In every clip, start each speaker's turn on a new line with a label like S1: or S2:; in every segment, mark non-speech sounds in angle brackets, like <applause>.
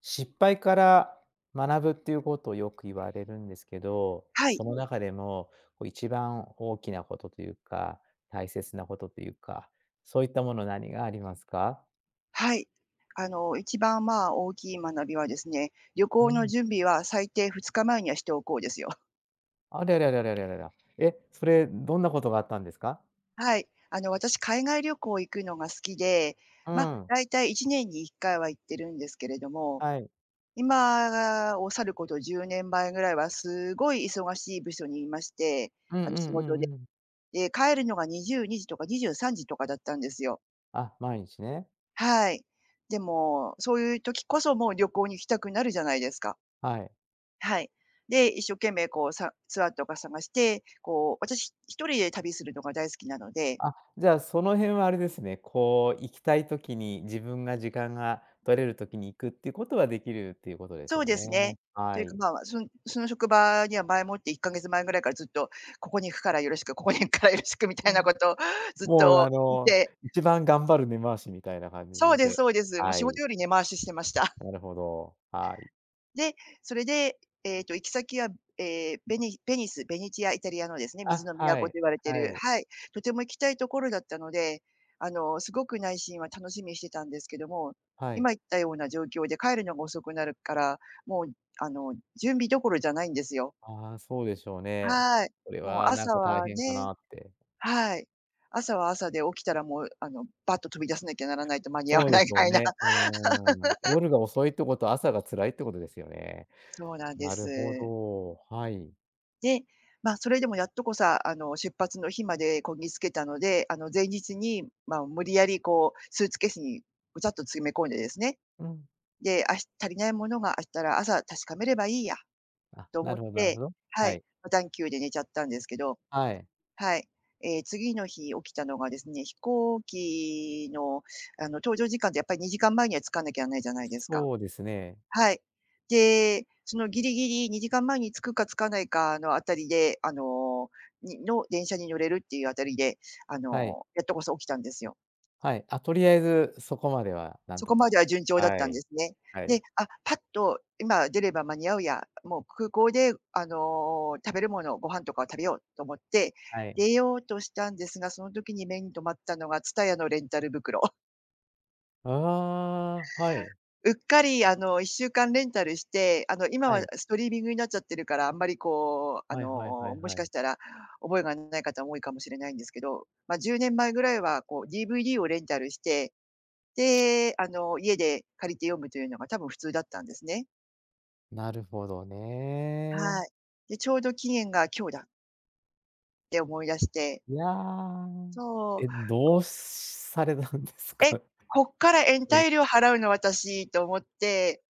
S1: 失敗から学ぶっていうことをよく言われるんですけど、
S2: はい、
S1: その中でも、こう一番大きなことというか、大切なことというか、そういったもの何がありますか？
S2: はい。一番、まあ、大きい学びはですね、旅
S1: う
S2: 行の
S1: ん。
S2: 準備は最低2日前にはしておこうですよ。
S1: ありゃりゃりゃりゃりゃりゃりゃ。え、それどんなことがあったんですか？
S2: <laughs> はい。私、海外旅行行くのが好きで、
S1: う
S2: ま、
S1: ん。
S2: だいたい1年に1回は行ってるんですけれども、
S1: はい。
S2: 今を去ること10年前ぐらいはすごい忙しい部署にいまして、
S1: うんう
S2: 仕
S1: んう
S2: 事で。
S1: んうん。
S2: で、帰るのが22時とか23時とかだったんですよ。
S1: あ、毎日ね。
S2: はい。でも、そういう時こそもう旅行に行きたくなるじゃないですか。
S1: はい。
S2: はい。で、一生懸命こう、ツアーとか探して、こう、私一人で旅するのが大好きなので。
S1: あ、じゃあその辺はあれですね、こう行きたい時に、自分が時間が取れる時に行くっていうことはできるっていうことです
S2: そう
S1: よ
S2: です
S1: ね。
S2: ね。と
S1: は
S2: いう
S1: い。
S2: か、まあ、その職場には前もって1か月前ぐらいからずっと、ここに行くからよろしく、ここに行くからよろしくみた
S1: う
S2: いな
S1: ん。
S2: ことをずっ
S1: もう、
S2: と言って。
S1: 一番頑張る根回しみたいな感
S2: そう
S1: じ
S2: です、
S1: で。
S2: そうです。もう
S1: は
S2: 仕事
S1: い。
S2: より根回ししてました。
S1: なるほど。はい。
S2: で、それで、行き先は、ええ、ベニベニス、ベネチア、イタリアのですね、水
S1: あ、
S2: の
S1: は
S2: 都と
S1: い。
S2: 言われて
S1: は
S2: る。
S1: い。
S2: はい。とても行きたいところだったので、すごく内心は楽しみにしてたんですけども、
S1: はい。
S2: 今言ったような状況で帰るのが遅くなるから、もう、あの、準備どころじゃないんですよ。
S1: ああ、そうでしょうね。
S2: はい。
S1: それ
S2: もう
S1: はな
S2: 朝
S1: んか大
S2: は
S1: 変か
S2: ね。
S1: なって。
S2: はい。朝は朝で起きたらもう、バッと飛び出さなきゃならないと間に合わ
S1: そうで
S2: な
S1: し
S2: い
S1: ょ
S2: か
S1: う
S2: いな。
S1: ね。うーん。夜が遅いってことは、朝が辛いってことですよね。
S2: そうなんで
S1: な
S2: す。
S1: るほど、はい。
S2: で、まあ、それでもやっとこさ、出発の日までこぎつけたので、前日に、まあ、無理やりこう、スーツケースにぐちゃっと詰め込んでですね、
S1: うん。
S2: で、足りないものがあったら朝確かめればいいや
S1: あ、
S2: と
S1: な
S2: 思っ
S1: るほどなる
S2: て、
S1: ほど。
S2: は
S1: は
S2: い、
S1: い。
S2: 無探で寝ちゃったんですけど、
S1: はい。
S2: はい。次の日起きたのがですね、飛行機の、搭乗時間ってやっぱり2時間前には着かなきゃいけないじゃないですか。
S1: そうですね。
S2: はい。で、そのギリギリ2時間前に着くか着かないかのあたりで、電車に乗れるっていうあたりで、
S1: はい。
S2: やっとこそ起きたんですよ。
S1: はい。あ、とりあえずそこまではなん
S2: そ
S1: と
S2: こま
S1: か。
S2: では順調だっ
S1: は
S2: たんで
S1: い。
S2: すね。
S1: はい。
S2: で、あ、パッと今出れば間に合うや、もう空港で、食べるもの、ご飯とかを食べようと思って、
S1: はい。
S2: 出ようとしたんですが、その時に目に留まったのが、TSUTAYA のレンタル袋。
S1: ああ、はい。
S2: うっかり1週間レンタルして、今
S1: は
S2: は
S1: い。
S2: ストリーミングになっちゃってるから、あんまりこう、
S1: はいはいはい
S2: もし
S1: は
S2: か
S1: い。
S2: したら覚えがない方も多いかもしれないんですけど、まあ、10年前ぐらいはこう DVD をレンタルして、で、家で借りて読むというのが多分普通だったんですね。
S1: なるほどね。
S2: はい。で、ちょうど期限が今日だって思い出して、
S1: いや。
S2: そう、
S1: え、どう <laughs> されたんです
S2: え、
S1: か？
S2: こっから延
S1: それ。
S2: 滞料払うの私と思って、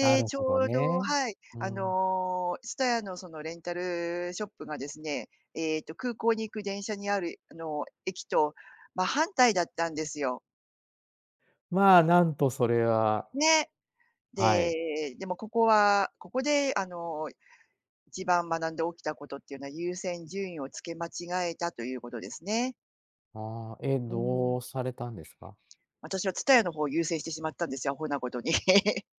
S1: なる
S2: ち
S1: ほど
S2: ょうど、
S1: ね。
S2: はい、
S1: うん。
S2: TSUTAYA のそのレンタルショップがですね、空港に行く電車にある、駅と真反対だったんですよ。
S1: まあ、なんとそれは
S2: ね。
S1: はい。
S2: で、でもここはここで、一番学んで起きたことっていうのは優先順位をつけ間違えたということですね。
S1: ああ、え、
S2: うーん。
S1: どうされたんですか？
S2: 私は TSUTAYA の方を優先してしまったんですよ、アホなことに。<laughs>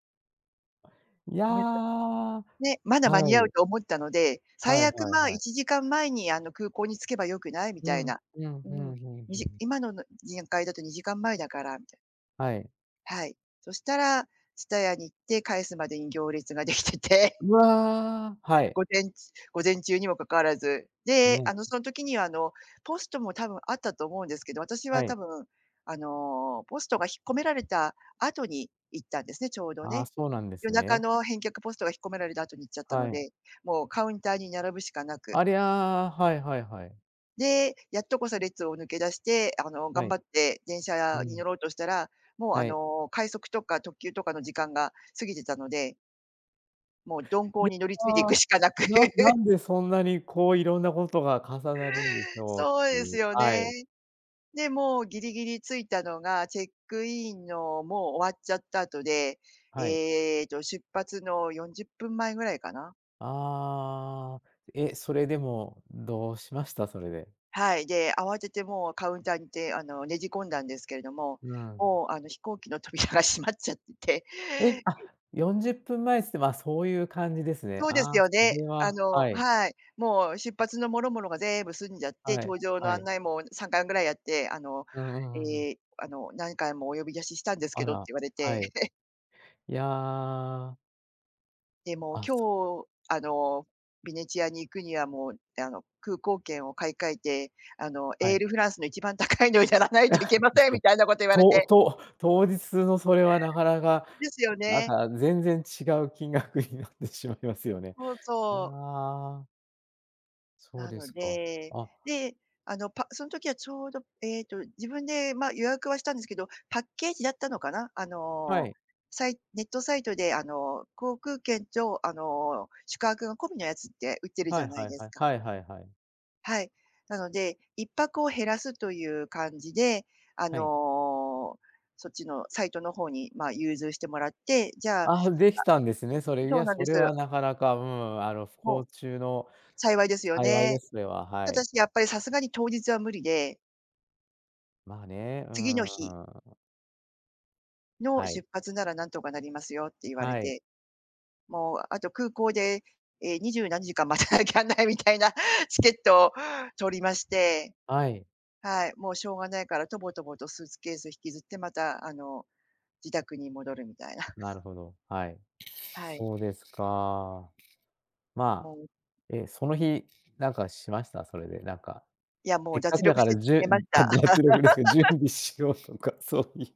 S1: いや。
S2: ね、まだ
S1: は
S2: 間に合う
S1: い。
S2: と思ったので、最
S1: はい
S2: 悪、
S1: はい
S2: まあ、
S1: はい。
S2: 1時間前に、空港に着けばよくない？み
S1: う
S2: たい
S1: ん、
S2: な。
S1: うん、
S2: う
S1: ふ
S2: ん。
S1: んふんふん。
S2: 今の段階だと2時間前だからみたいな。
S1: はい。
S2: はい。そしたら、TSUTAYA に行って返すまでに行列ができてて、
S1: うわ、は
S2: <laughs>
S1: い。
S2: 午前中午前中にもかかわらず。で、
S1: ね、
S2: その時には、ポストも多分あったと思うんですけど、私は
S1: は
S2: 多
S1: い。
S2: 分、ポストが引っ込められた後に行ったんですね、ちょうど
S1: ああ、
S2: ね。
S1: そうなんで
S2: 夜
S1: す
S2: 中
S1: ね。
S2: の返却ポストが引っ込められた後に行っちゃった
S1: は
S2: の
S1: い。
S2: で、もうカウンターに並ぶしかな
S1: あ
S2: く、
S1: りゃ、はいはいはい。
S2: で、やっとこさ列を抜け出して、
S1: は
S2: 頑
S1: い。
S2: 張って電
S1: う
S2: 車に
S1: ん、
S2: 乗ろうとしたら、もう、
S1: はい。
S2: 快速とか特急とかの時間が過ぎてたので、もう鈍
S1: い
S2: 行
S1: や、
S2: に乗り継いでいくしかなく。
S1: なな
S2: <laughs>
S1: んでそんなにこういろんなことが重なるんでしょうっ
S2: そう
S1: て
S2: で
S1: い
S2: す
S1: う、
S2: よ
S1: は
S2: ね。
S1: い。
S2: で、もうギリギリ着いたのが、チェックインのもう終わっちゃった後で、
S1: はい。
S2: 出発の40分前ぐらいかな。
S1: ああ、え、それでも、どうしました？それで。
S2: はい、で、慌ててもうカウンターにて、ねじ込んだんですけれども、
S1: うん。
S2: もう、飛行機の扉が <laughs> 閉まっちゃってて、
S1: え。あ、40分前っぷんまえつって、ま、そういう感じですね。
S2: そうです
S1: ああ、
S2: よ
S1: そ
S2: ね。
S1: れははい、
S2: はい、もう出発のもろもろが全部済んじゃって、
S1: はい、
S2: 搭乗の
S1: は
S2: 案
S1: い。
S2: 内も3回ぐらいやって、
S1: うんうんうんうん。
S2: 何回もお呼び出ししたんですけ
S1: あ
S2: どって
S1: ら、
S2: 言われ
S1: は
S2: て、
S1: い。いや、
S2: で、
S1: あ、
S2: 今
S1: そ
S2: 日、ベネチアに行くにはもう、空港券を買い替えて、
S1: は
S2: エー
S1: い。
S2: ルフランスの一番高いのをやらないといけませんみ
S1: <laughs>
S2: たいなこと言われて。
S1: 当日のそれはなかなか、
S2: ですよ
S1: なん
S2: ね。
S1: か全然違う金額になってしまいますよね。
S2: そう
S1: いや、
S2: そう。
S1: そう
S2: な
S1: で
S2: の
S1: すか。
S2: で、
S1: あ、
S2: で、その時はちょうど、自分で、ま、予約はしたんですけど、パッケージだったのかな、
S1: はい。
S2: ネットサイトで、航空券と、宿泊が込みのやつって売ってるじ
S1: は
S2: ゃ
S1: い
S2: ない
S1: はい
S2: で
S1: は
S2: す
S1: い。
S2: か。
S1: はいはいはい。
S2: はい。なので、一泊を減らすという感じで、あ
S1: はい。
S2: の、そっちのサイトの方に、ま、融通してもらって、じゃあ。
S1: あ、できたんですね、それ。い
S2: そう
S1: や、
S2: なんで
S1: そ
S2: す。
S1: れはなかなか、うん、不幸
S2: もう
S1: 中の
S2: 幸いですよ
S1: 幸い
S2: ね。
S1: です、それは、
S2: た
S1: は
S2: だ
S1: い。
S2: しやっぱりさすがに当日は無理で
S1: まあね、う
S2: 次の日
S1: ーん。
S2: の
S1: はい。
S2: 出発ならなんとかなりますよって言われ
S1: はい。
S2: て、もうあと空港で、ええ、20何時間待たなきゃないみたいなチケットを取りまして、
S1: はい。
S2: はい、もうしょうがないからとぼとぼとスーツケース引きずってまた、自宅に戻るみたいな。
S1: なるほど、はい。
S2: はい。
S1: そうですか。ま
S2: も
S1: あ、
S2: う、
S1: え、その日、なんかしました？それで、なんか
S2: いや、も
S1: せ
S2: う
S1: っか
S2: 脱
S1: くだ
S2: 力し
S1: から、
S2: て
S1: じゅ
S2: 寝ま
S1: ん
S2: し
S1: <laughs> あ、
S2: た。
S1: 脱力ですか、準備しようとか、<laughs> そういう。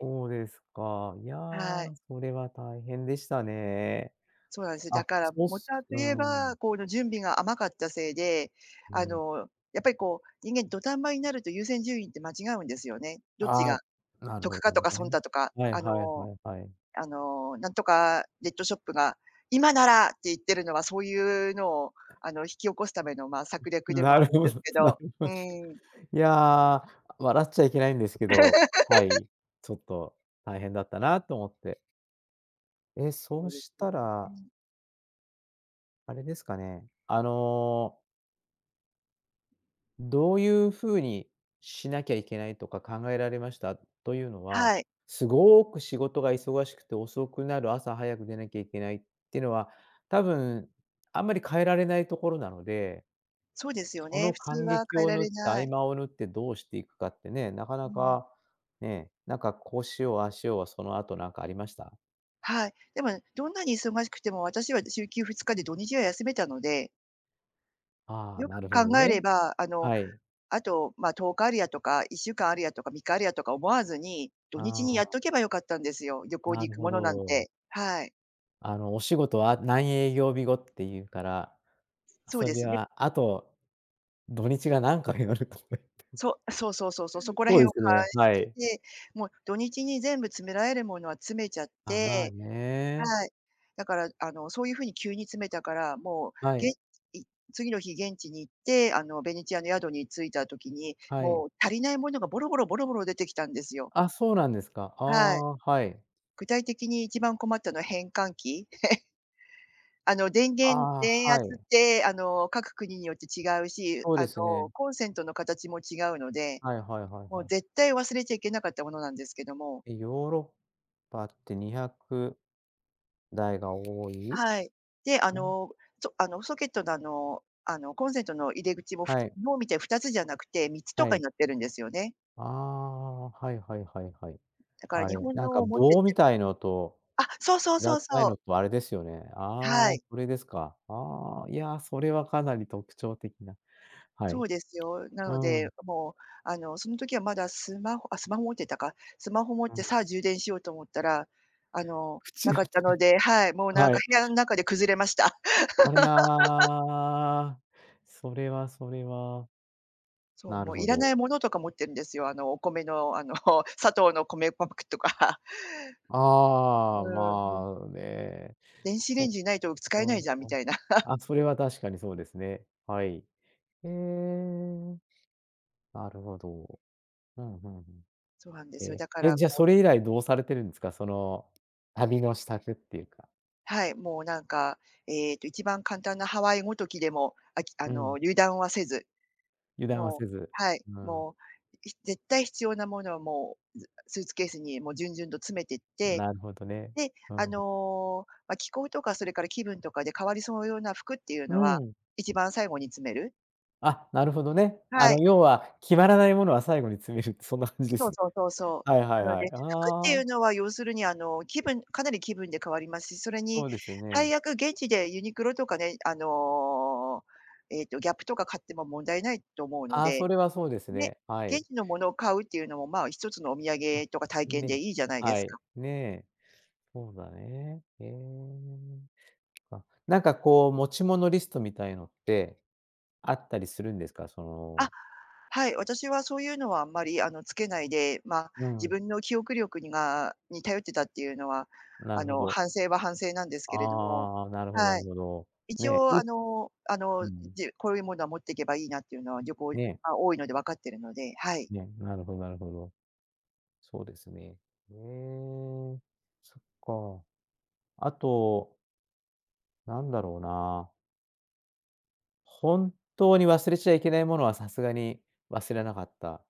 S1: そうですか。いや、
S2: はい。
S1: それは大変でしたね。
S2: そうなんです。だ
S1: あ、
S2: から、
S1: そうっ
S2: も
S1: す
S2: たと
S1: う
S2: いえ
S1: ーん、
S2: ば、この準備が甘かったせいで、
S1: う
S2: あ
S1: ん。
S2: の、やっぱりこう、人間土壇場になると優先順位って間違うんですよね。どっち
S1: あ
S2: が
S1: あ、なる
S2: 特
S1: ほ
S2: 価
S1: ど
S2: とか損
S1: ね。
S2: だとか、
S1: はいはいはいはい。
S2: なんとかネットショップが今ならって言ってるのは、そういうのを、引き起こすための、まあ、策
S1: <laughs>
S2: 略でも
S1: な
S2: あ
S1: る
S2: るん
S1: ほ
S2: です
S1: ど、
S2: け
S1: な
S2: ど、
S1: るほ
S2: う
S1: ど。
S2: ーん。
S1: <laughs> いや、笑っちゃいけないんですけど、はい、ちょっと大変だったなと思って。え、そ
S2: そう
S1: う
S2: で
S1: し
S2: すよ
S1: た
S2: ね。
S1: ら、あれですかね、あのどういうふうにしなきゃいけないとか考えられました？というのは、
S2: はい、
S1: すごく仕事が忙しくて遅くなる、朝早く出なきゃいけないっていうのは、多分あんまり変えられないところなので、
S2: そうですよ
S1: そ
S2: ね、
S1: の
S2: 普通
S1: 間
S2: は
S1: 隙
S2: 変え
S1: を
S2: ら
S1: 縫っ
S2: れ
S1: て、合
S2: ない。
S1: 間を縫ってどうしていくかってね、なかな
S2: うん。
S1: か、ね、なんかこうしよう、ああしようはその後なんかありました？
S2: はい。でも、どんなに忙しくても、私は週休2日で土日は休めたので、
S1: ああ、
S2: よく
S1: なるほど
S2: 考え
S1: ね。
S2: れば、
S1: はい。
S2: あと、まあ、10日あるやとか、1週間あるやとか、3日あるやとか思わずに、土日にやっと
S1: あ
S2: けばよかったんですよ、旅
S1: あ、
S2: 行
S1: な
S2: に
S1: る
S2: 行く
S1: ほ
S2: ものなん
S1: ど。
S2: て。はい。
S1: あの、お仕事は何営業日後っていうから
S2: そう
S1: 遊
S2: で
S1: び
S2: すね。
S1: は、あと、土日が何回あるかね。
S2: そうそうそうそう、そ
S1: <laughs>
S2: こら
S1: そう
S2: 辺
S1: で
S2: を
S1: す
S2: 勘
S1: ね、
S2: し
S1: は
S2: て
S1: い。
S2: て、もう土日に全部詰められるものは詰めちゃっ
S1: あ、まあ
S2: て。
S1: ね。
S2: はい。だから、そういう風に急に詰めたから、もう、
S1: は
S2: げん
S1: い、
S2: い次の日現地に行って、ベネチアの宿に着いた時に、
S1: はい。
S2: もう足りないものがボロボロボロボロ出てきたんですよ。
S1: あ、そうなんですか。あ
S2: はい。
S1: あ、はい。
S2: 具体的に一番困ったのは変換期。電源
S1: ああ、
S2: 電
S1: は
S2: 圧
S1: い。
S2: って、各国によって違うし、
S1: そうですね。
S2: コンセントの形も違うので、
S1: はいはいはい
S2: も
S1: は
S2: う
S1: い。
S2: 絶対忘れちゃいけなかったものなんですけども。
S1: え、ヨーロッパって200台が多い？
S2: はい。で、あ
S1: うん、
S2: の、そあの、ソケットの、コンセントの入り口も
S1: はい、
S2: 日本みたいに2つじゃなくて3つと
S1: は
S2: かに
S1: い。
S2: なってるんですよね。
S1: ああ、はいはいはいはい。
S2: だから
S1: あ
S2: 日
S1: れ、
S2: 本
S1: なん
S2: の
S1: か
S2: を持ってて、
S1: 棒みたいのと、
S2: あ、そうそうそ
S1: 平
S2: う
S1: たい
S2: そう。
S1: のとあれですよね。
S2: は
S1: ああ、
S2: い。
S1: それですか。ああ、いや、それはかなり特徴的な。は
S2: そ
S1: い。
S2: うですよ。な
S1: う
S2: の
S1: ん、う
S2: で、
S1: ん。
S2: もう、あの、その時はまだスマホ持ってたか。スマホ持ってさあ
S1: <laughs>
S2: 充電しようと思ったら、
S1: 口
S2: な
S1: が
S2: かった
S1: 違
S2: の
S1: う。
S2: で、はい、もうなん
S1: は
S2: か
S1: い。
S2: 部屋の中で崩れました。<laughs>
S1: ありゃ、それはそれは。
S2: そう、
S1: なる
S2: もう
S1: ほ
S2: いら
S1: ど。
S2: ないものとか持ってるんですよ。あの、お米の、あの、<laughs> 砂糖の米パックとか。<laughs> う
S1: ああ、
S2: ん、もう
S1: まあね。
S2: 電子
S1: そ
S2: レ
S1: っ
S2: ン
S1: か。
S2: ジないと使えないじゃんみたいな。<laughs>
S1: あ、それは確かにそうですね。はい。へえ、なるほど。うんうんうん。
S2: そうなんですよ。
S1: え、
S2: だか
S1: え、
S2: らこ
S1: じゃ、そ
S2: う、
S1: れ以来どうされてるんですか？その、旅の支度っていうか。
S2: はい、もうなんか、えっと、一番簡単なハワイごときでも、あきあ
S1: う
S2: の、
S1: ん、
S2: 油断はせず、
S1: 油断は
S2: もう
S1: せず。
S2: はい、
S1: うん、
S2: もう、い絶対必要なものはもう、ずスーツケースにもう順々と詰めてって、
S1: なるほどね。
S2: で、
S1: うん。
S2: 気候とかそれから気分とかで変わりそうような服っていう
S1: う
S2: のは、
S1: ん。
S2: 一番最後に詰める。
S1: あ、なるほどね。あ
S2: は
S1: の、
S2: い。
S1: 要は決まらないものは最後に詰めるって、そんな感じで
S2: そ
S1: す
S2: う
S1: ね。
S2: そうそうそう。
S1: はいはい
S2: なの
S1: は
S2: で、
S1: い。
S2: 服って
S1: あ
S2: い
S1: あ、
S2: うのは要するにかなり気分で変わりますし、それに
S1: そうですね。
S2: 最悪現地でユニクロとかね、ギャップとか買っても問題ないと思うの
S1: ああ、
S2: で、
S1: それはそうです
S2: ね、
S1: ね。は
S2: 現
S1: い。
S2: 地のものを買うっていうのも、まあ、一つのお土
S1: あ、
S2: 産とか体験で
S1: ね、
S2: いいじゃないで
S1: は
S2: すか。
S1: い、ねえ、そうだね。へえ。あ、なんかこう持ち物リストみたいのってあったりするんですか？そ
S2: あ、
S1: の
S2: はい、私はそういうのはあんまり、つけないで、まあ、
S1: う
S2: 自
S1: ん、
S2: 分の記憶力に頼ってたっていうのは、
S1: なるほど。
S2: 反省は反省なんですけれども、
S1: ああ、なるほどな
S2: は
S1: る
S2: い。
S1: ほど。
S2: 一
S1: ね、
S2: 応、
S1: ようん、
S2: こういうものは持っていけばいいなっていうのは、旅行
S1: ね、
S2: が多いので分かってるので、はい。
S1: ね、なるほどなるほど。そうですね。ええ、そっか。あと、なんだろうな、本当に忘れちゃいけないものはさすがに忘れなかった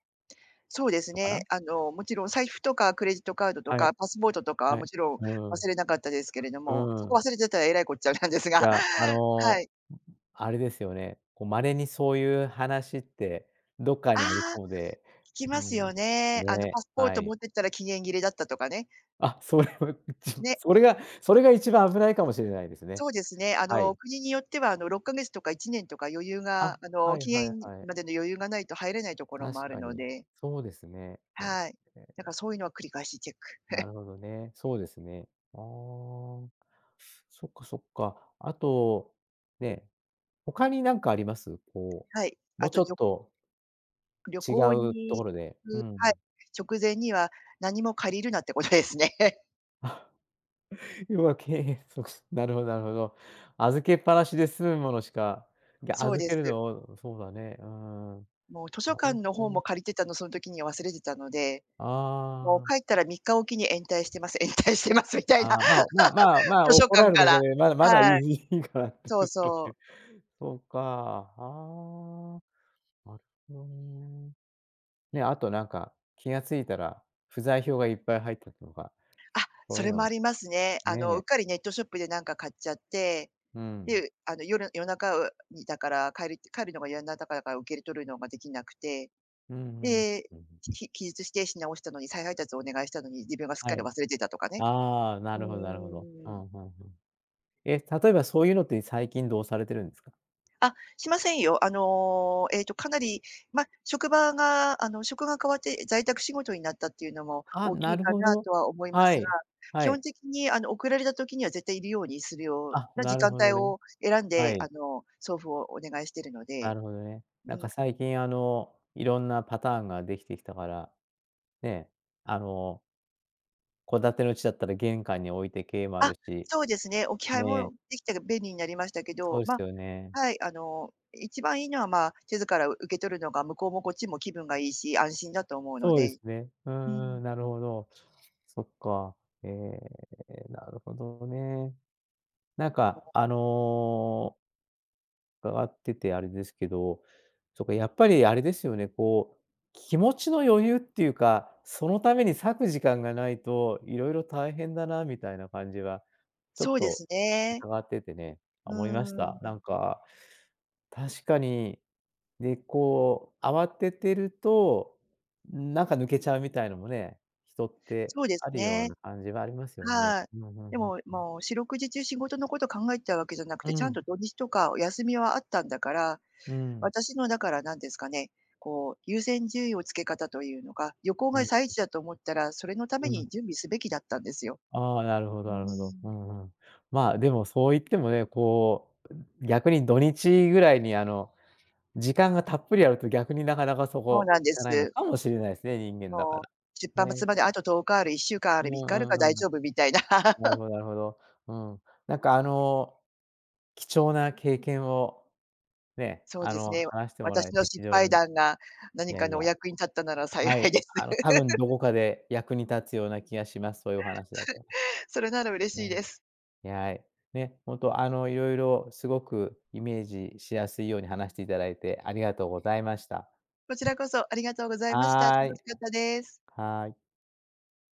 S2: そうです
S1: のか
S2: ね。
S1: な？
S2: もちろん財布とかクレジットカードと
S1: はい、
S2: かパスポートとかは
S1: は
S2: も
S1: い。
S2: ちろん
S1: う
S2: 忘
S1: ん、
S2: れなかったですけれども、
S1: う
S2: そこ
S1: ん。
S2: 忘れてたらえらいこっちゃなんです
S1: い
S2: が、
S1: や、あ
S2: <laughs> は
S1: の、
S2: い。
S1: あれですよね、こう稀にそういう話ってどっか
S2: あ
S1: にあり
S2: あ、
S1: そうで、
S2: 聞き
S1: う
S2: ますよ
S1: ん、
S2: ね。
S1: ね、
S2: パスポー
S1: は
S2: ト持
S1: い。
S2: ってったら期限切れだったとかね。
S1: あ、それは、
S2: ね、
S1: それが一番危ないかもしれないですね。
S2: そうですね。
S1: はい。
S2: 国によっては、6ヶ月とか1年とか余裕
S1: あ、
S2: が、
S1: はい
S2: 期
S1: はい
S2: 限
S1: はい。
S2: までの余裕がないと入れないところもあ
S1: 確
S2: る
S1: か
S2: の
S1: に。
S2: で、
S1: そうですね。ええ、
S2: はい。だからそういうのは繰り返しチェック。
S1: なるほどね。そうですね。ああ、そっかそっか。あと、ね、他になんかあります？こ
S2: はい。
S1: う、も
S2: あ
S1: う
S2: と
S1: ちょっと
S2: 旅
S1: 違
S2: 行
S1: う
S2: に
S1: と
S2: 行
S1: ころでう
S2: く、はい、
S1: ん。
S2: 直前には何も借りるなってことですね。<laughs>
S1: <laughs> 要は経営そうなるほどなるほど。預けっぱなしで済むものしか、いや、
S2: そう
S1: 預
S2: で
S1: け
S2: す。
S1: るのをそうだね、うーん。
S2: もう図書
S1: な
S2: 館
S1: る
S2: の
S1: ほど
S2: 本
S1: ね。
S2: も借りてたの、その時には忘れてたので、もう
S1: あ
S2: 帰っ
S1: あ。
S2: たら3日おきに延滞してます、<laughs> 延滞してますみたいな、
S1: ああ、まあ、
S2: <laughs>
S1: まあまあまあ、
S2: 図書
S1: 怒ら
S2: 館
S1: れる
S2: か
S1: だけ
S2: ら。
S1: で、まだまだい
S2: はい。
S1: いいいかなって
S2: そう
S1: いう、そうい
S2: そ
S1: う。
S2: う。
S1: そうか、はあ、なるほどね。ね、あとなんか、気が付いたら、不在票がいっぱい入ってたとか、そ
S2: そ
S1: ういう
S2: れ
S1: の
S2: もあ
S1: も
S2: りますね。うっ
S1: ね、
S2: かりネットショップでなんか買っちゃって、
S1: うん。
S2: で、夜夜中にだから帰る帰るのが夜中だから受け取るのができなくて
S1: うんうん。
S2: で、
S1: うん。
S2: 期日指定誌に直したのに、再配達をお願いしたのに、自分がすっ
S1: は
S2: かり
S1: い。
S2: 忘れてたとかね。
S1: ああ、な
S2: う
S1: るほどなるほど。う
S2: ーん。
S1: んうんうん。え、例えばそういうのって最近どうされてるんですか？
S2: あ、しませんよ。あの、ええと、かなり、ま、職場が、職が変わって在宅仕事になったっていうのも
S1: あ、
S2: 大き
S1: な
S2: い
S1: る
S2: か
S1: ほ
S2: な
S1: ど。
S2: とは思いま
S1: は
S2: すが、
S1: い。は
S2: 基本
S1: い。
S2: 的に、送られた時には絶対いるようにするよう
S1: あ、
S2: な時
S1: なる
S2: 間
S1: ほ
S2: 帯
S1: どね。
S2: を選ん
S1: は
S2: で、
S1: い。
S2: 送付をお願いしてるの
S1: な
S2: で、
S1: るほどね。
S2: う
S1: なん
S2: ん。
S1: か最近あの、いろんなパターンができてきたから、ね、あの、戸建ての家だったら玄関に置いてけいもあ
S2: あ、
S1: るし、
S2: そうですね。置き配
S1: ね、
S2: もできたら便利になりましたけ
S1: そう
S2: ど、
S1: で
S2: ま
S1: す
S2: あ、
S1: よね。
S2: はい、一番いいのは、まあ、地図から受け取るのが向こうもこっちも気分がいいし、安心だと思うの
S1: そうで
S2: で。
S1: すね。う
S2: う
S1: ーう
S2: ん。
S1: ん、なるほど。そっか。ええ、なるほどね。なんかあの伺っててあれですけど、そうか、やっぱりあれですよね、こう、気持ちの余裕っていうか、そのために割く時間がないと、色々大変だなみたいな感じは、ちょ
S2: そ
S1: っ
S2: うで
S1: と
S2: すね。
S1: 伺っててね、
S2: う
S1: 思いまし
S2: ー
S1: た。なん
S2: ん。
S1: か、確かに、で、こう、慌ててると、なんか抜けちゃうみたいのもね、人って
S2: そうです
S1: あるよう
S2: ね。
S1: な感じはありますよね。
S2: はい。
S1: うんうんう
S2: で
S1: ん
S2: も、
S1: うん。
S2: もう四六時中仕事のこと考えてたわけじゃなく
S1: う
S2: て、ちゃん
S1: ん、
S2: と土日とかお休みはあったんだから、
S1: うん、
S2: 私のだから何ですかね、こう、優先順位をつけ方というのか、旅行
S1: う
S2: が
S1: ん、
S2: 最中だと思ったら、それのた
S1: う
S2: め
S1: ん。
S2: に準備すべきだったんですよ。
S1: ああ、なるほ
S2: う
S1: ど
S2: ー
S1: なるほど。う
S2: ん、
S1: んうん。まあ、でもそう言ってもね、こう、逆に土日ぐらいに、あの、時間がたっぷりあると逆になかなかそ
S2: そう
S1: こ
S2: なんで
S1: 行かないの
S2: す。
S1: かもしれないですね、人間だか
S2: もう
S1: ら。
S2: 出
S1: ね。
S2: 発まであと10日ある、1週間あ
S1: う
S2: る、3日ある
S1: んう
S2: か
S1: ん
S2: ら
S1: う
S2: 大
S1: ん。
S2: 丈夫みたいな。
S1: なるほ
S2: <laughs>
S1: どなるほど。うん。なんか、あの、貴重な経験を、ね、
S2: そう
S1: あ
S2: です
S1: の、
S2: ね。
S1: 話してもらえ
S2: 私の
S1: て非
S2: 失
S1: 常
S2: 敗
S1: に
S2: 談が
S1: い
S2: 何
S1: や
S2: か
S1: い
S2: のお
S1: や、
S2: 役に立ったなら幸
S1: は
S2: い
S1: い、
S2: です。
S1: あの、多分どこかで役に立つような気がします、そういうお話だったら。
S2: それなら嬉
S1: う
S2: しい
S1: ん。
S2: です。
S1: いやい、ね、本当あの、いろいろすごくイメージしやすいように話していただいてありがとうございました。
S2: こちらこそありがとうございました。楽
S1: はーい。
S2: しかったです。
S1: はーい。